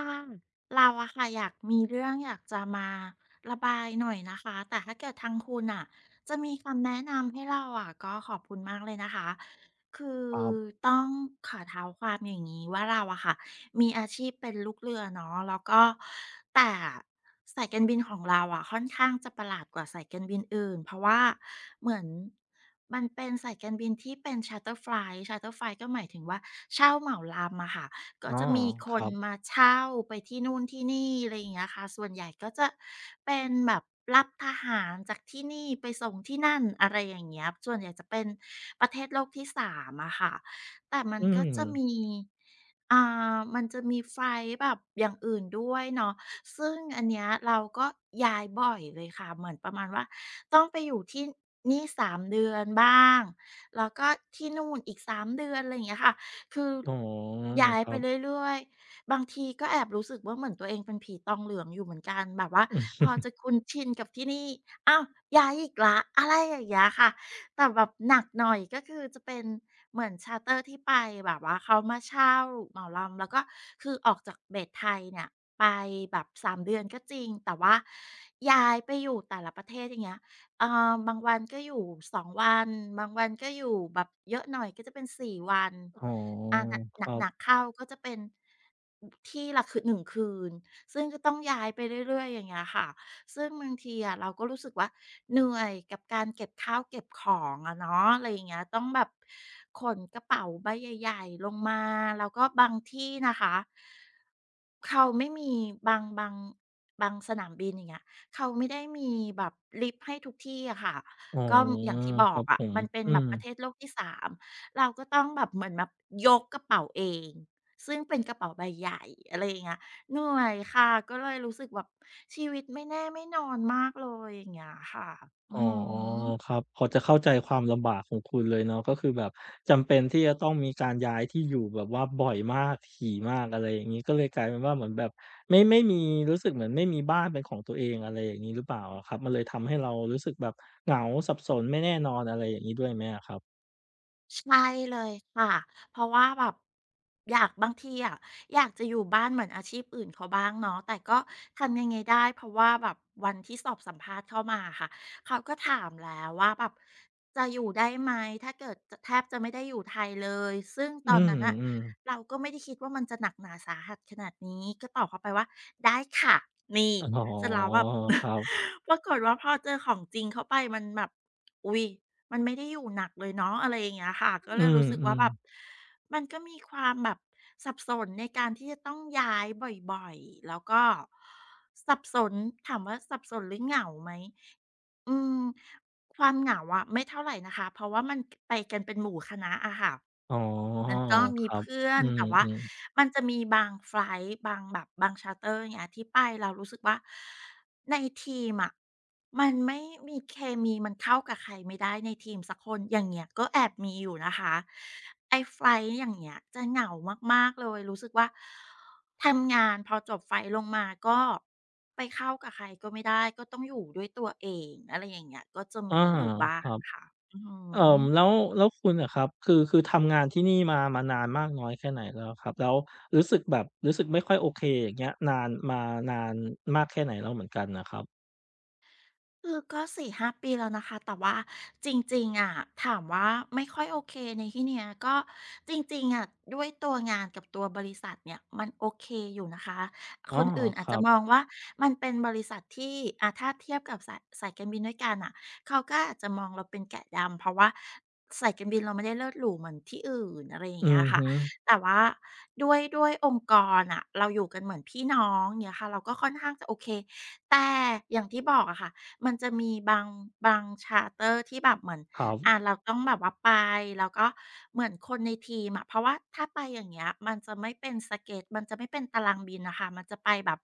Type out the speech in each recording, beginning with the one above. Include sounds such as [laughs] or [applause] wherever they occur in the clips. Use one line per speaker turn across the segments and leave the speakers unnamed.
ค่ะเราอะค่ะอยากมีเรื่องอยากจะมาระบายหน่อยนะคะแต่ถ้าเกิดทางคุณอะจะมีคำแนะนำให้เราอะก็ขอบคุณมากเลยนะคะคือ
ครับ
ต้องขอเท้าความอย่างนี้ว่าเราอะค่ะมีอาชีพเป็นลูกเรือเนาะแล้วก็แต่สายการบินของเราอะค่อนข้างจะประหลาดกว่าสายการบินอื่นเพราะว่าเหมือนมันเป็นสายการบินที่เป็น charter flight ก็หมายถึงว่าเช่าเหมาลำอะค่ะ ก็
อ๋อ
จะมีค
ครั
น
บ
มาเช่าไปที่นู่นที่นี่อะไรอย่างเงี้ยค่ะส่วนใหญ่ก็จะเป็นแบบรับทหารจากที่นี่ไปส่งที่นั่นอะไรอย่างเงี้ยส่วนใหญ่จะเป็นประเทศโลกที่สามอะค่ะ แต่มัน
อื
ก็จะ
ม
มี อ่มันจะมีไฟล์แบบอย่างอื่นด้วยเนาะซึ่งอันเนี้ยเราก็ย้ายบ่อยเลยค่ะ เหมือนประมาณว่าต้องไปอยู่ที่นี่สามเดือนบ้างแล้วก็ที่นู่นอีกสามเดือนอะไรอย่างเงี้ยค่ะ คือ
อ๋อ
ย้าย
ครั
ไป
บ
เรื่อยๆบางทีก็แอบรู้สึกว่าเหมือนตัวเองเป็นผีตองเหลืองอยู่เหมือนกันแบบว่า
อื
พ
ม
อจะคุ้นชินกับที่นี่อ้าวย้ายอีกแล้วอะไรอย่างเงี้ยค่ะแต่แบบหนักหน่อยก็คือจะเป็นเหมือน c h เ r t e r ที่ไปแบบว่าเขามาเช่าเหมาลำแล้วก็คือออกจากเบสไทยเนี่ยไปแบบ3เดือนก็จริงแต่ว่าย้ายไปอยู่แต่ละประเทศอย่างเงี้ยบางวันก็อยู่2วันบางวันก็อยู่แบบเยอะหน่อยก็จะเป็นสี่วัน
อ๋อ
อาหนัก
ครับ
หนักๆเข้าก็จะเป็นที่ละคือหนึ่งคืนซึ่งก็ต้องย้ายไปเรื่อยๆอย่างเงี้ยค่ะซึ่งบางทีอะเราก็รู้สึกว่าเหนื่อยกับการเก็บข้าวเก็บของอะเนาะอะไรอย่างเงี้ยต้องแบบขนกระเป๋าใบใหญ่ๆลงมาแล้วก็บางที่นะคะเขาไม่มีบางบางบางสนามบินอย่างเงี้ยเขาไม่ได้มีแบบลิฟต์ให้ทุกที่อะค่ะ
อ๋อ
ก็อย่างที่บ
ค
อ
รั
ก
บผ
อะ
ม
มันเป็น
อื
แบ
ม
บประเทศโลกที่สาม เราก็ต้องแบบเหมือนแบบยกกระเป๋าเองซึ่งเป็นกระเป๋าใบใหญ่อะไรอย่างเงี้ยเหนื่อยค่ะก็เลยรู้สึกแบบชีวิตไม่แน่ไม่นอนมากเลยอย่างเงี้ยค่ะอื
อ๋อ
อฮ
ค
ึ
รับพอจะเข้าใจความลำบากของคุณเลยเนาะก็คือแบบจำเป็นที่จะต้องมีการย้ายที่อยู่แบบว่าบ่อยมากถี่มากอะไรอย่างงี้ก็เลยกลายเป็นว่าเหมือนแบบไม่มีรู้สึกเหมือนไม่มีบ้านเป็นของตัวเองอะไรอย่างงี้หรือเปล่าอะครับมันเลยทำให้เรารู้สึกแบบเหงาสับสนไม่แน่นอนอะไรอย่างงี้ด้วยไหมอะครับ
ใช่เลยค่ะเพราะว่าแบบอยากบางทีอะอยากจะอยู่บ้านเหมือนอาชีพอื่นเขาบ้างเนาะแต่ก็ทำยังไงได้เพราะว่าแบบวันที่สอบสัมภาษณ์เข้ามาค่ะเขาก็ถามแล้วว่าแบบจะอยู่ได้ไหมถ้าเกิดจะแทบจะไม่ได้อยู่ไทยเลยซึ่งต
อื
อนนั้นน่ะ
มๆ
เราก็ไม่ได้คิดว่ามันจะหนักหนาสาหัสขนาดนี้ก็ตอบเขาไปว่าได้ค่ะนี่
อ๋อ
เสร็จแล้วแบบ
ครับ
[laughs] ปรากฏว่าพอเจอของจริงเข้าไปมันแบบอุ๊ยมันไม่ได้อยู่หนักเลยเนาะอะไรอย่างเงี้ยค่ะก็
อื
เลยรู้สึกว่า
ม
แบบ
ๆ
มันก็มีความแบบสับสนในการที่จะต้องย้ายบ่อยๆแล้วก็สับสนถามว่าสับสนหรือเหงาไหมอืมความเหงาอะไม่เท่าไรนะคะเพราะว่ามันไปกันเป็นหมู่คณะอะค่ะ
อ๋อ
มันก็
ค
มี
รับ
เพื่อน
อื
แต่ว่า
มๆ
มันจะมีบางไฟลต์บางแบบบาง charter อย่างเงี้ยที่ไปแล้รู้สึกว่าในทีมอะมันไม่มีเคมีมันเข้ากับใครไม่ได้ในทีมสักคนอย่างเงี้ยก็แอบมีอยู่นะคะไอ้ไฟลต์อย่างเงี้ยจะเหงามากๆเลยรู้สึกว่าทำงานพอจบไฟลต์ลงมาก็ไปเข้ากับใครก็ไม่ได้ก็ต้องอยู่ด้วยตัวเองอะไรอย่างเงี้ยก็จะ
อา
มีอยู่บ้า
ค
ง
รับ
ค่ะอือฮึ
เอ่อแล้วแล้วคุณอะครับคือทำงานที่นี่มานานมากน้อยแค่ไหนแล้วอะครับแล้วรู้สึกแบบรู้สึกไม่ค่อยโอเคอย่างเงี้ยนานมากแค่ไหนแล้วเหมือนกันน่ะครับ
คือก็สี่ห้าปีแล้วนะคะแต่ว่าจริงๆอะถามว่าไม่ค่อยโอเคในที่เนี้ยก็จริงๆอะด้วยตัวงานกับตัวบริษัทเนี่ยมันโอเคอยู่นะคะ
อ๋
ค
อ
นอื่น
ค
อาจจะ
รับ
มองว่ามันเป็นบริษัทที่ถ้าเทียบกับสายการบินด้วยกันอ่ะเขาก็อาจจะมองเราเป็นแกะดำเพราะว่าสายการบินเราไม่ได้เลิศหรูเหมือนที่อื่นอะไรอย่า
อื
งเงี้ย
อ
ค่ะ
ฮึ
แต่ว่าด้วยองค์กรอ่ะเราอยู่กันเหมือนพี่น้องเนี่ยค่ะเราก็ค่อนข้างจะโอเคแต่อย่างที่บอกอะค่ะ มันจะมีบางชาร์เตอร์ที่แบบเหมือน
ครับ
เราต้องแบบว่าไปแล้วก็เหมือนคนในทีมอะเพราะว่าถ้าไปอย่างเงี้ยมันจะไม่เป็นสเกดมันจะไม่เป็นตารางบินน่ะค่ะมันจะไปแบบ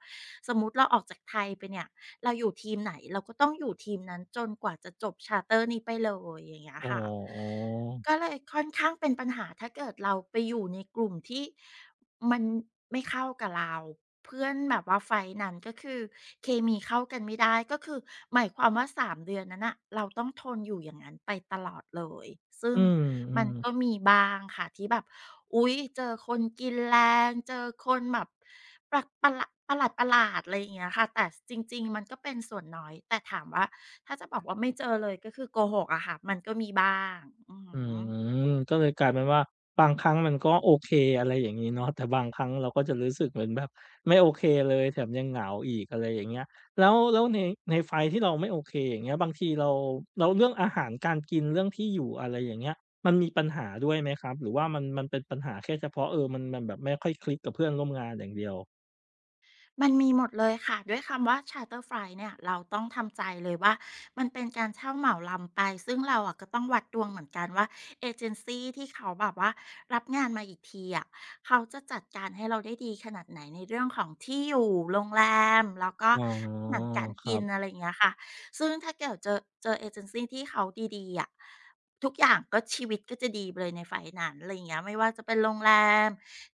สมมุติเราออกจากไทยไปเนี่ยเราอยู่ทีมไหนเราก็ต้องอยู่ทีมนั้นจนกว่าจะจบ c h เตอร์นี้ไปเลยอย่างเงี้ย
อ๋อ
ค่ะก็เลยค่อนข้างเป็นปัญหาถ้าเกิดเราไปอยู่ในกลุ่มที่ มันไม่เข้ากับเราเพื่อนแบบว่าไฟท์นั้นก็คือเคมีเข้ากันไม่ได้ก็คือหมายความว่า3 เดือนนั้นน่ะเราต้องทนอยู่อย่างนั้นไปตลอดเลยซึ่
อื
งมัน
ม
ก็
ๆ
มีบ้างค่ะที่แบบอุ๊ยเจอคนกินแรงเจอคนแบบปลักประหละประหลาดๆอะไรอย่างเงี้ยค่ะแต่จริงๆมันก็เป็นส่วนน้อยแต่ถามว่าถ้าจะบอกว่าไม่เจอเลยก็คือโกหกอะค่ะมันก็มีบ้างอือ
อื
ฮึ
มก็เลยกลายเป็นว่าบางครั้งมันก็โอเคอะไรอย่างงี้เนาะแต่บางครั้งเราก็จะรู้สึกเหมือนแบบไม่โอเคเลยแถมยังเหงาอีกอะไรอย่างเงี้ยแล้วในไฟล์ที่เราไม่โอเคอย่างเงี้ยบางทีเราแล้วเรื่องอาหารการกินเรื่องที่อยู่อะไรอย่างเงี้ยมันมีปัญหาด้วยไหมครับหรือว่ามันเป็นปัญหาแค่เฉพาะมันแบบไม่ค่อยคลิกกับเพื่อนร่วมงานอย่างเดียว
มันมีหมดเลยค่ะด้วยคำว่า Charter Flight เนี่ยเราต้องทำใจเลยว่ามันเป็นการเช่าเหมาลำไปซึ่งเราอะก็ต้องวัดดวงเหมือนกันว่าเอเจนซีที่เขาแบบว่ารับงานมาอีกทีอะเขาจะจัดการให้เราได้ดีขนาดไหนในเรื่องของที่อยู่โรงแรมแล้วก็
อ๋อ
อาหารการ
ครั
กิน
บ
อะไรอย่างเงี้ยค่ะซึ่งถ้าเกิดเจอเอเจนซีที่เขาดีๆอะทุกอย่างก็ชีวิตก็จะดีไปเลยในไฟล์นั้นอะไรอย่างเงี้ยไม่ว่าจะเป็นโรงแรม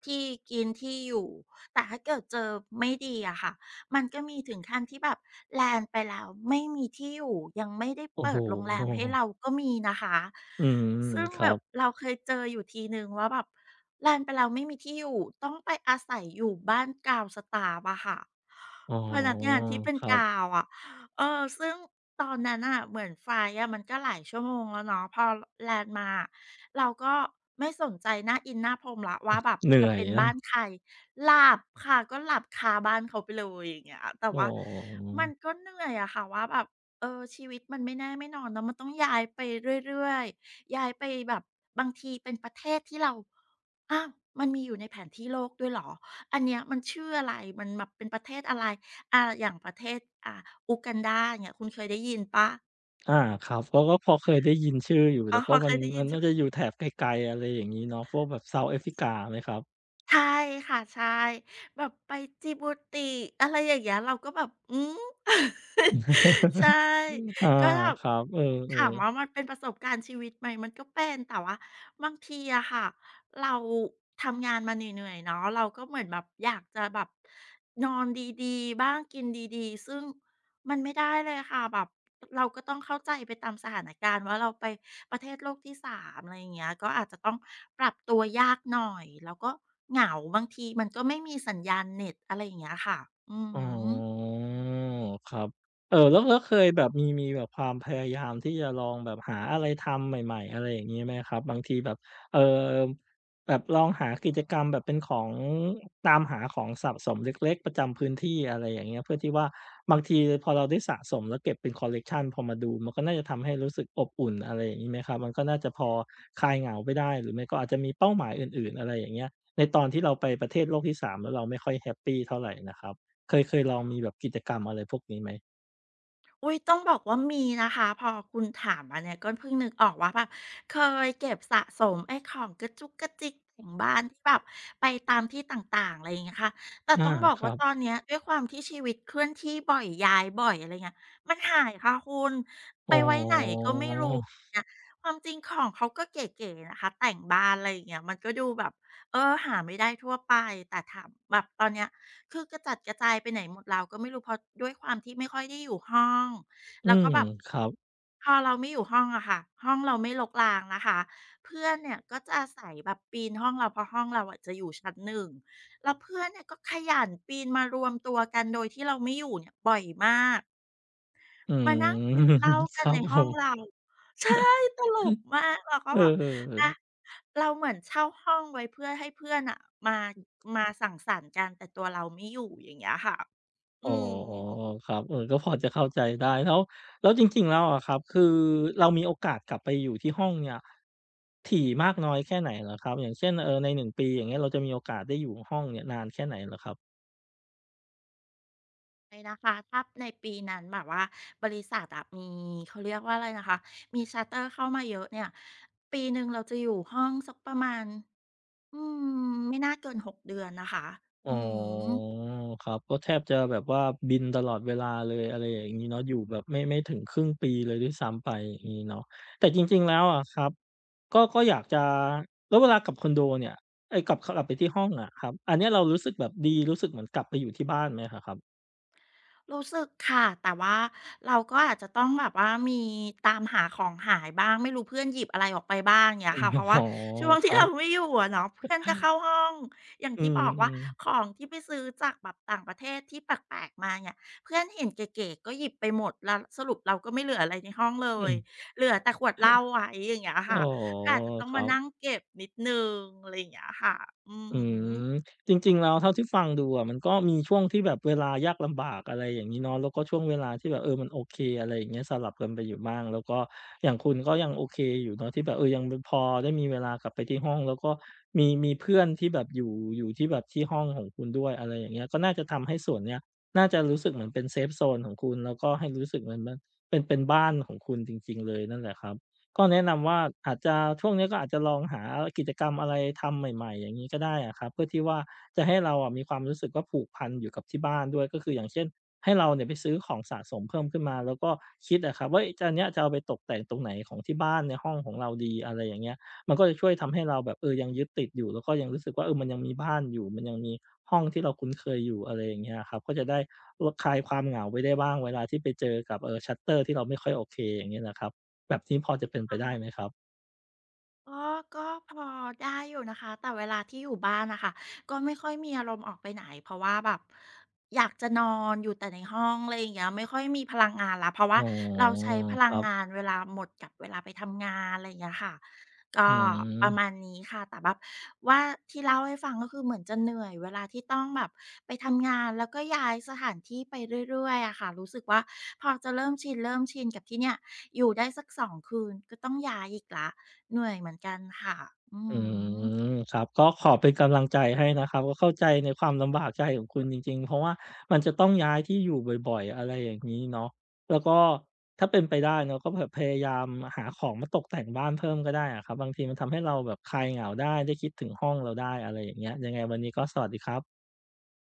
ที่กินที่อยู่ แต่ถ้าเกิดเจอไม่ดีอะค่ะมันก็มีถึงขั้นที่แบบแลนไปแล้วไม่มีที่อยู่ยังไม่ได้
โอ้
เปิ
โฮ
ดโรงแรมให้เราก็มีนะคะ
อืม
ซึ่ง
ครั
แบบ
บ
เราเคยเจออยู่ทีหนึ่งว่าแบบแลนไปแล้วไม่มีที่อยู่ต้องไปอาศัยอยู่บ้านกาวสตาฟอะค่ะ
อ๋อ
พนักงานที่เป็น
ครั
กา
บ
วอะเออซึ่งตอนนั้นน่ะเหมือนไฟล์อะมันก็หลายชั่วโมงแล้วเนาะพอแลนมาเราก็ไม่สนใจหน้าอินหน้าพรมละว่าแบบ
เหนื่
จะ
อย
เป็น
นะ
บ้านใคร หลับค่ะก็หลับคาบ้านเขาไปเลยอย่างเงี้ยแต่
อ๋อ
ว่ามันก็เหนื่อยอะค่ะว่าแบบเออชีวิตมันไม่แน่ไม่นอนเนาะมันต้องย้ายไปเรื่อยๆย้ายไปแบบบางทีเป็นประเทศที่เราอ้าวมันมีอยู่ในแผนที่โลกด้วยเหรออันเนี้ยมันชื่ออะไรมันแบบเป็นประเทศอะไรอาอย่างประเทศอ่าอูกันดาอย่างเงี้ยคุณเคยได้ยินเปล่า
อาครับก็พอเคยได้ยินชื่ออยู่
อ๋อ
แต่ก็
เค
มัน
ยได้ยิ
มั
น
น
ใช่
น่าจะอยู่แถบไกลๆอะไรอย่างงี้เนาะพวกแบบ South Africa ไหมครับ
ใช่ค่ะใช่แบบไปจิบูติอะไรอย่างเงี้ยเราก็แบบอืม [laughs] อมใช่
อา
ก็แบบ
ครับเออ
ถามว่า
ๆ
มันเป็นประสบการณ์ชีวิตไหมมันก็เป็นแต่ว่าบางทีอะค่ะเราทำงานมาเหนื่อยๆเนาะเราก็เหมือนแบบอยากจะแบบนอนดีๆบ้างกินดีๆซึ่งมันไม่ได้เลยค่ะแบบเราก็ต้องเข้าใจไปตามสถานการณ์ว่าเราไป ประเทศโลกที่สามอะไรอย่างเงี้ยก็อาจจะต้องปรับตัวยากหน่อยแล้วก็เหงาบางทีมันก็ไม่มีสัญญาณเน็ตอะไรอย่างเงี้ยค่ะอือ
อ๋
ฮ
อ
ึ
ครับแล้วเคยแบบมีแบบความพยายามที่จะลองแบบหาอะไรทำใหม่ๆอะไรอย่างงี้ไหมครับบางทีแบบเอ่อแบบลองหากิจกรรมแบบเป็นของตามหาของสะสมเล็กๆประจำพื้นที่อะไรอย่างเงี้ยเพื่อที่ว่าบางทีพอเราได้สะสมแล้วเก็บเป็นคอลเลกชันพอมาดูมันก็น่าจะทำให้รู้สึกอบอุ่นอะไรอย่างงี้ไหมครับมันก็น่าจะพอคลายเหงาไปได้หรือไม่ก็อาจจะมีเป้าหมายอื่นๆอะไรอย่างเงี้ยในตอนที่เราไปประเทศโลกที่3แล้วเราไม่ค่อยแฮปปีเท่าไรนะครับ เคยลองมีแบบกิจกรรมอะไรพวกนี้ไหม
อุ้ยต้องบอกว่ามีนะคะพอคุณถามมาเนี่ยก็เพิ่งนึกออกว่าแบบเคยเก็บสะสมไอ้ของกระจุกกระจิกของบ้านที่แบบไปตามที่ต่างๆอะไรอย่างเงี้ยค่ะแต่
อา
ต้องบอก
ครั
ว่า
บ
ตอนเนี้ยด้วยความที่ชีวิตเคลื่อนที่บ่อยย้ายบ่อยอะไรเงี้ยมันหายค่ะคุณ
อ๋
ไป
อ
ไว้ไหนก็ไม่รู้เนี่ยความจริงของเขาก็เก๋ๆนะคะแต่งบ้านอะไรอย่างเงี้ยมันก็ดูแบบเออหาไม่ได้ทั่วไปแต่ถามแบบตอนเนี้ย คือกระจัดกระจายไปไหนหมดเราวก็ไม่รู้เพราะด้วยความที่ไม่ค่อยได้อยู่ห้อง
อื
แล้ว
ม
ก็แบบ
ครับ
พอเราไม่อยู่ห้องอะค่ะห้องเราไม่รกรางนะคะเพื่อนเนี่ยก็จะอาศัยแบบปีนห้องเราเพราะห้องเราอะจะอยู่ชั้นหนึงแล้วเพื่อนเนี่ยก็ขยันปีนมารวมตัวกันโดยที่เราไม่อยู่เนี่ยบ่อยมาก
อื
มานั่ง
ม
กินเหล้า
[laughs] ค
กัน
รั
ใน
บผ
ห้อง
ม
เราใช่ตลกมากเรา
เ
ก็แบบอะ
ออ
เราเหมือนเช่าห้องไว้เพื่อให้เพื่อนน่ะมามาสังสรรค์กันแต่ตัวเราไม่อยู่อย่างเงี้ยค่ะอื
อ๋อ
ม
ครับเออก็พอจะเข้าใจได้แล้วแล้วจริงๆแล้วอะครับคือเรามีโอกาสกลับไปอยู่ที่ห้องเนี่ยถี่มากน้อยแค่ไหนเหรอครับอย่างเช่นใน1 ปีอย่างเงี้ยเราจะมีโอกาสได้อยู่ห้องเนี่ยนานแค่ไหนเหรอครับ
เลยนะคะถ้าในปีนั้นแบบว่าบริษัทอะมีเขาเรียกว่าอะไรนะคะมี charter เข้ามาเยอะเนี่ยปีหนึ่งเราจะอยู่ห้องสักประมาณอืมไม่น่าเกิน6 เดือนนะคะ
อ๋อ
อือฮึ
ครับก็แทบจะแบบว่าบินตลอดเวลาเลยอะไรอย่างงี้เนาะอยู่แบบไม่ถึงครึ่งปีเลยด้วยซ้ำไปอย่างงี้เนาะแต่จริงๆแล้วอะครับก็อยากจะแล้วเวลากลับคอนโดเนี่ยเอ๊ยกลับไปที่ห้องอะครับอันเนี้ยเรารู้สึกแบบดีรู้สึกเหมือนกลับไปอยู่ที่บ้านไหมอะครับ
รู้สึกค่ะแต่ว่าเราก็อาจจะต้องแบบว่ามีตามหาของหายบ้างไม่รู้เพื่อนหยิบอะไรออกไปบ้างอย่างเงี้
อ
ย
ม
ค่ะเพราะ
[laughs]
ว่า
อ๋อ
ช่วง
ค
ที่
รั
เรา
บ
ไม่อยู่อะเนาะเพื่อนก็เข้าห้องอย่าง
อื
ที่บอกว่า
ม
ข
ๆ
องที่ไปซื้อจากแบบต่างประเทศที่แปลกๆมาเนี่ยเพื่อนเห็นเก๋ๆก็หยิบไปหมดแล้วสรุปเราก็ไม่เหลืออะไรในห้องเล
อื
ย
ม
เหลือแต่ขวดเหล้า
[laughs]
ไว้อย่างเงี้ย
อ๋อ
ค่ะก็อาจจะต้อ
ค
ง
รั
มานั่ง
บ
เก็บนิดนึงอะไรอย่างเงี้ยค่ะอื
อืม
ม
จริงๆแล้วเท่าที่ฟังดูอะมันก็มีช่วงที่แบบเวลายากลำบากอะไรอย่างงี้เนาะแล้วก็ช่วงเวลาที่แบบมันโอเคอะไรอย่างเงี้ยสลับกันไปอยู่บ้างแล้วก็อย่างคุณก็ยังโอเคอยู่เนาะที่แบบยังพอได้มีเวลากลับไปที่ห้องแล้วก็มีเพื่อนที่แบบอยู่ที่แบบที่ห้องของคุณด้วยอะไรอย่างเงี้ยก็น่าจะทำให้ส่วนเนี้ยน่าจะรู้สึกเหมือนเป็นเซฟโซนของคุณแล้วก็ให้รู้สึกเหมือนมันเป็นบ้านของคุณจริงๆเลยนั่นแหละครับ ก็แนะนำว่าอาจจะช่วงนี้ก็อาจจะลองหากิจกรรมอะไรทำใหม่ๆอย่างงี้ก็ได้อะครับเพื่อที่ว่าจะให้เราอะมีความรู้สึกว่าผูกพันอยู่กับที่บ้านด้วยก็คืออย่างเช่นให้เราเนี่ยไปซื้อของสะสมเพิ่มขึ้นมาแล้วก็คิดอะครับว่าเอ๊ะจะอันเนี้ยจะเอาไปตกแต่งตรงไหนของที่บ้านในห้องของเราดีอะไรอย่างเงี้ยมันก็จะช่วยทำให้เราแบบยังยึดติดอยู่แล้วก็ยังรู้สึกว่ามันยังมีบ้านอยู่มันยังมีห้องที่เราคุ้นเคยอยู่อะไรอย่างเงี้ยอะครับก็จะได้ลดคลายความเหงาไปได้บ้างเวลาที่ไปเจอกับชัตเตอร์ที่เราไม่ค่อยโอเคอย่างเงี้ยนะครับ แบบนี้พอจะเป็นไปได้ไหมครับ
ก็ก็พอได้อยู่นะคะแต่เวลาที่อยู่บ้านนะคะก็ไม่ค่อยมีอารมณ์ออกไปไหนเพราะว่าแบบอยากจะนอนอยู่แต่ในห้องอะไรอย่างเงี้ยไม่ค่อยมีพลังงานละเพราะ
อ๋
ว่า
อ
เราใช้พลั
ค
ง
รั
งา
บ
นเวลาหมดกับเวลาไปทำงานอะไรอย่างเงี้ยค่ะ ก็
อื
ประมา
ม
ณนี้ค่ะแต่แบบว่าที่เล่าให้ฟังก็คือเหมือนจะเหนื่อยเวลาที่ต้องแบบไปทำงานแล้วก็ย้ายสถานที่ไปเรื่อยๆอะค่ะรู้สึกว่าพอจะเริ่มชินกับที่เนี่ยอยู่ได้สัก2คืนก็ต้องย้ายอีกแล้วเหนื่อยเหมือนกันค่ะอื
อื
ม
มครับก็ขอเป็นกำลังใจให้นะครับก็เข้าใจในความลำบากใจของคุณจริงๆเพราะว่ามันจะต้องย้ายที่อยู่บ่อยๆ อะไรอย่างงี้เนาะแล้วก็ถ้าเป็นไปได้เนาะก็แบบพยายามหาของมาตกแต่งบ้านเพิ่มก็ได้อะครับ บางทีมันทำให้เราแบบคลายเหงาได้ได้คิดถึงห้องเราได้อะไรอย่างเงี้ยยังไงวันนี้ก็สวัสดีครับ